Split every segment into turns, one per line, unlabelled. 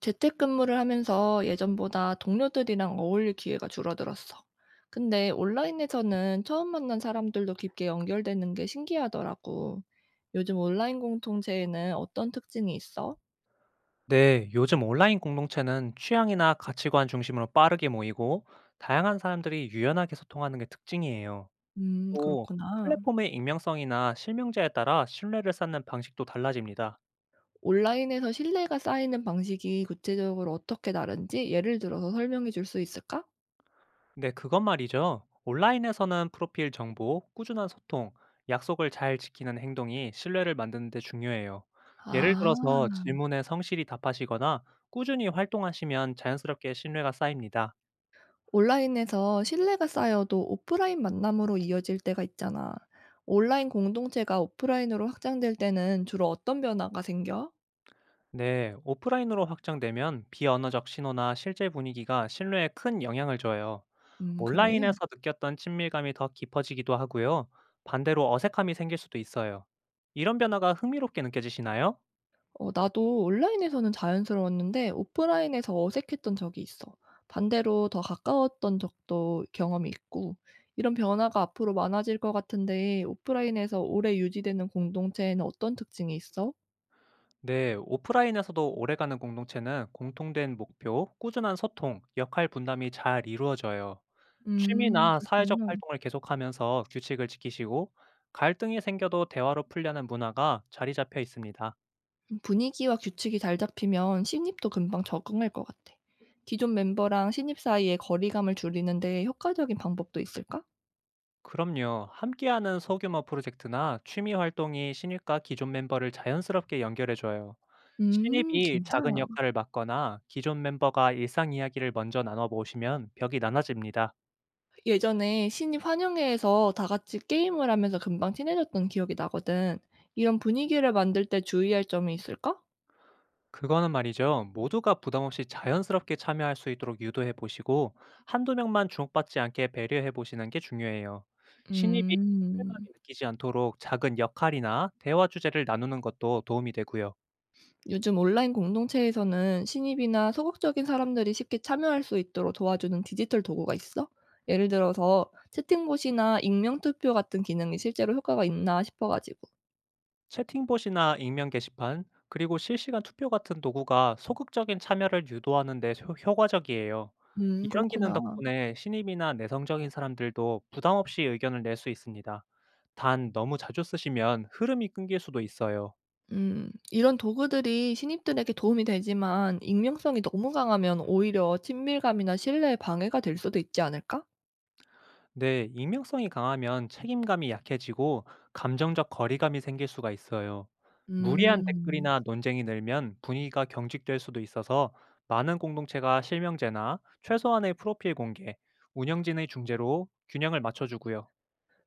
재택근무를 하면서 예전보다 동료들이랑 어울릴 기회가 줄어들었어. 근데 온라인에서는 처음 만난 사람들도 깊게 연결되는 게 신기하더라고. 요즘 온라인 공통체에는 어떤 특징이 있어?
네, 요즘 온라인 공동체는 취향이나 가치관 중심으로 빠르게 모이고 다양한 사람들이 유연하게 소통하는 게 특징이에요. 또
그렇구나.
플랫폼의 익명성이나 실명제에 따라 신뢰를 쌓는 방식도 달라집니다.
온라인에서 신뢰가 쌓이는 방식이 구체적으로 어떻게 다른지 예를 들어서 설명해 줄 수 있을까?
네, 그건 말이죠. 온라인에서는 프로필 정보, 꾸준한 소통, 약속을 잘 지키는 행동이 신뢰를 만드는 데 중요해요. 예를
아.
들어서 질문에 성실히 답하시거나 꾸준히 활동하시면 자연스럽게 신뢰가 쌓입니다.
온라인에서 신뢰가 쌓여도 오프라인 만남으로 이어질 때가 있잖아. 온라인 공동체가 오프라인으로 확장될 때는 주로 어떤 변화가 생겨?
네, 오프라인으로 확장되면 비언어적 신호나 실제 분위기가 신뢰에 큰 영향을 줘요.
그래.
온라인에서 느꼈던 친밀감이 더 깊어지기도 하고요. 반대로 어색함이 생길 수도 있어요. 이런 변화가 흥미롭게 느껴지시나요?
어, 나도 온라인에서는 자연스러웠는데 오프라인에서 어색했던 적이 있어. 반대로 더 가까웠던 적도 경험이 있고. 이런 변화가 앞으로 많아질 것 같은데 오프라인에서 오래 유지되는 공동체에는 어떤 특징이 있어?
네, 오프라인에서도 오래가는 공동체는 공통된 목표, 꾸준한 소통, 역할 분담이 잘 이루어져요. 취미나 사회적
그렇구나.
활동을 계속하면서 규칙을 지키시고 갈등이 생겨도 대화로 풀려는 문화가 자리 잡혀 있습니다.
분위기와 규칙이 잘 잡히면 신입도 금방 적응할 것 같아. 기존 멤버랑 신입 사이의 거리감을 줄이는데 효과적인 방법도 있을까?
그럼요. 함께하는 소규모 프로젝트나 취미 활동이 신입과 기존 멤버를 자연스럽게 연결해줘요. 신입이
진짜?
작은 역할을 맡거나 기존 멤버가 일상 이야기를 먼저 나눠보시면 벽이 나눠집니다.
예전에 신입 환영회에서 다 같이 게임을 하면서 금방 친해졌던 기억이 나거든. 이런 분위기를 만들 때 주의할 점이 있을까?
그거는 말이죠. 모두가 부담없이 자연스럽게 참여할 수 있도록 유도해 보시고, 한두 명만 주목받지 않게 배려해 보시는 게 중요해요. 신입이
음.
소외감이 느끼지 않도록 작은 역할이나 대화 주제를 나누는 것도 도움이 되고요.
요즘 온라인 공동체에서는 신입이나 소극적인 사람들이 쉽게 참여할 수 있도록 도와주는 디지털 도구가 있어? 예를 들어서 채팅봇이나 익명 투표 같은 기능이 실제로 효과가 있나 싶어가지고.
채팅봇이나 익명 게시판, 그리고 실시간 투표 같은 도구가 소극적인 참여를 유도하는 데 효과적이에요. 이런 기능
그렇구나.
덕분에 신입이나 내성적인 사람들도 부담 없이 의견을 낼 수 있습니다. 단, 너무 자주 쓰시면 흐름이 끊길 수도 있어요.
이런 도구들이 신입들에게 도움이 되지만 익명성이 너무 강하면 오히려 친밀감이나 신뢰에 방해가 될 수도 있지 않을까?
네, 익명성이 강하면 책임감이 약해지고 감정적 거리감이 생길 수가 있어요. 무리한
음,
댓글이나 논쟁이 늘면 분위기가 경직될 수도 있어서 많은 공동체가 실명제나 최소한의 프로필 공개, 운영진의 중재로 균형을 맞춰주고요.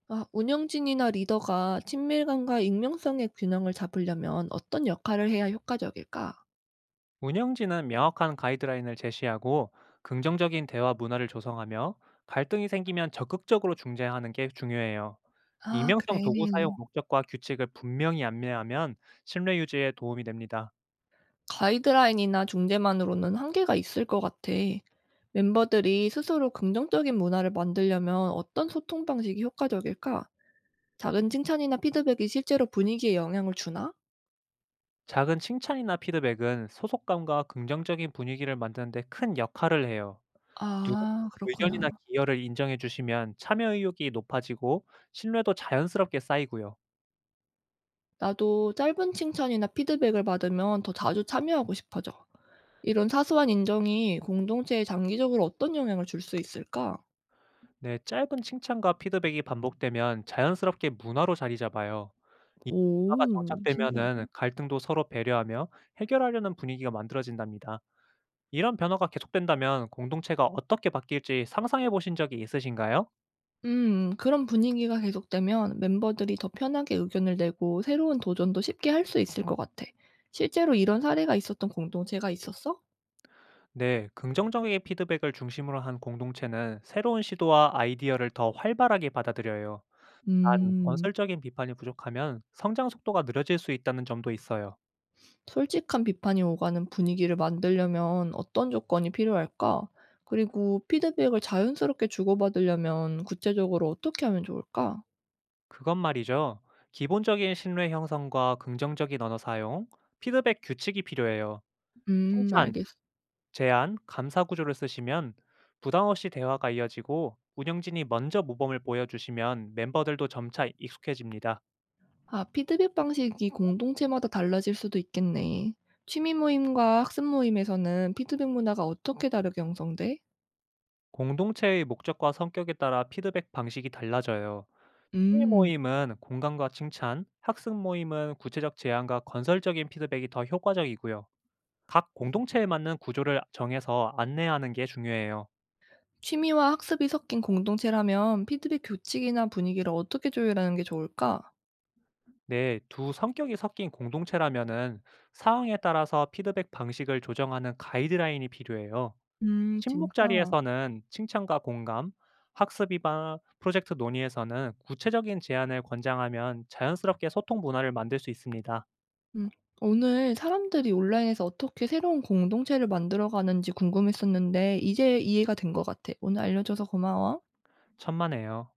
아, 운영진이나 리더가 친밀감과 익명성의 균형을 잡으려면 어떤 역할을 해야 효과적일까?
운영진은 명확한 가이드라인을 제시하고 긍정적인 대화 문화를 조성하며 갈등이 생기면 적극적으로 중재하는 게 중요해요.
아
익명성
그래.
도구 사용 목적과 규칙을 분명히 안내하면 신뢰 유지에 도움이 됩니다.
가이드라인이나 중재만으로는 한계가 있을 것 같아. 멤버들이 스스로 긍정적인 문화를 만들려면 어떤 소통 방식이 효과적일까? 작은 칭찬이나 피드백이 실제로 분위기에 영향을 주나?
작은 칭찬이나 피드백은 소속감과 긍정적인 분위기를 만드는 데 큰 역할을 해요. 누군가
아 그렇구나.
의견이나 기여를 인정해 주시면 참여 의욕이 높아지고 신뢰도 자연스럽게 쌓이고요.
나도 짧은 칭찬이나 피드백을 받으면 더 자주 참여하고 싶어져. 이런 사소한 인정이 공동체에 장기적으로 어떤 영향을 줄 수 있을까?
네, 짧은 칭찬과 피드백이 반복되면 자연스럽게 문화로 자리 잡아요. 이 문화가
오
정착되면은
신기하네.
갈등도 서로 배려하며 해결하려는 분위기가 만들어진답니다. 이런 변화가 계속된다면 공동체가 어떻게 바뀔지 상상해 보신 적이 있으신가요?
음. 그런 분위기가 계속되면 멤버들이 더 편하게 의견을 내고 새로운 도전도 쉽게 할 수 있을 것 같아. 실제로 이런 사례가 있었던 공동체가 있었어?
네, 긍정적인 피드백을 중심으로 한 공동체는 새로운 시도와 아이디어를 더 활발하게 받아들여요. 단,
음.
건설적인 비판이 부족하면 성장 속도가 느려질 수 있다는 점도 있어요.
솔직한 비판이 오가는 분위기를 만들려면 어떤 조건이 필요할까? 그리고 피드백을 자연스럽게 주고받으려면 구체적으로 어떻게 하면 좋을까?
그건 말이죠. 기본적인 신뢰 형성과 긍정적인 언어 사용, 피드백 규칙이 필요해요. 칭찬,
알겠어.
제안, 감사 구조를 쓰시면 부담 없이 대화가 이어지고 운영진이 먼저 모범을 보여주시면 멤버들도 점차 익숙해집니다.
아, 피드백 방식이 공동체마다 달라질 수도 있겠네. 취미 모임과 학습 모임에서는 피드백 문화가 어떻게 다르게 형성돼?
공동체의 목적과 성격에 따라 피드백 방식이 달라져요. 취미
음.
모임은 공감과 칭찬, 학습 모임은 구체적 제안과 건설적인 피드백이 더 효과적이고요. 각 공동체에 맞는 구조를 정해서 안내하는 게 중요해요.
취미와 학습이 섞인 공동체라면 피드백 규칙이나 분위기를 어떻게 조율하는 게 좋을까?
네, 두 성격이 섞인 공동체라면은 상황에 따라서 피드백 방식을 조정하는 가이드라인이 필요해요. 친목
진짜.
자리에서는 칭찬과 공감, 학습 이반 프로젝트 논의에서는 구체적인 제안을 권장하면 자연스럽게 소통 문화를 만들 수 있습니다.
음. 오늘 사람들이 온라인에서 어떻게 새로운 공동체를 만들어 가는지 궁금했었는데 이제 이해가 된 것 같아. 오늘 알려줘서 고마워.
천만에요.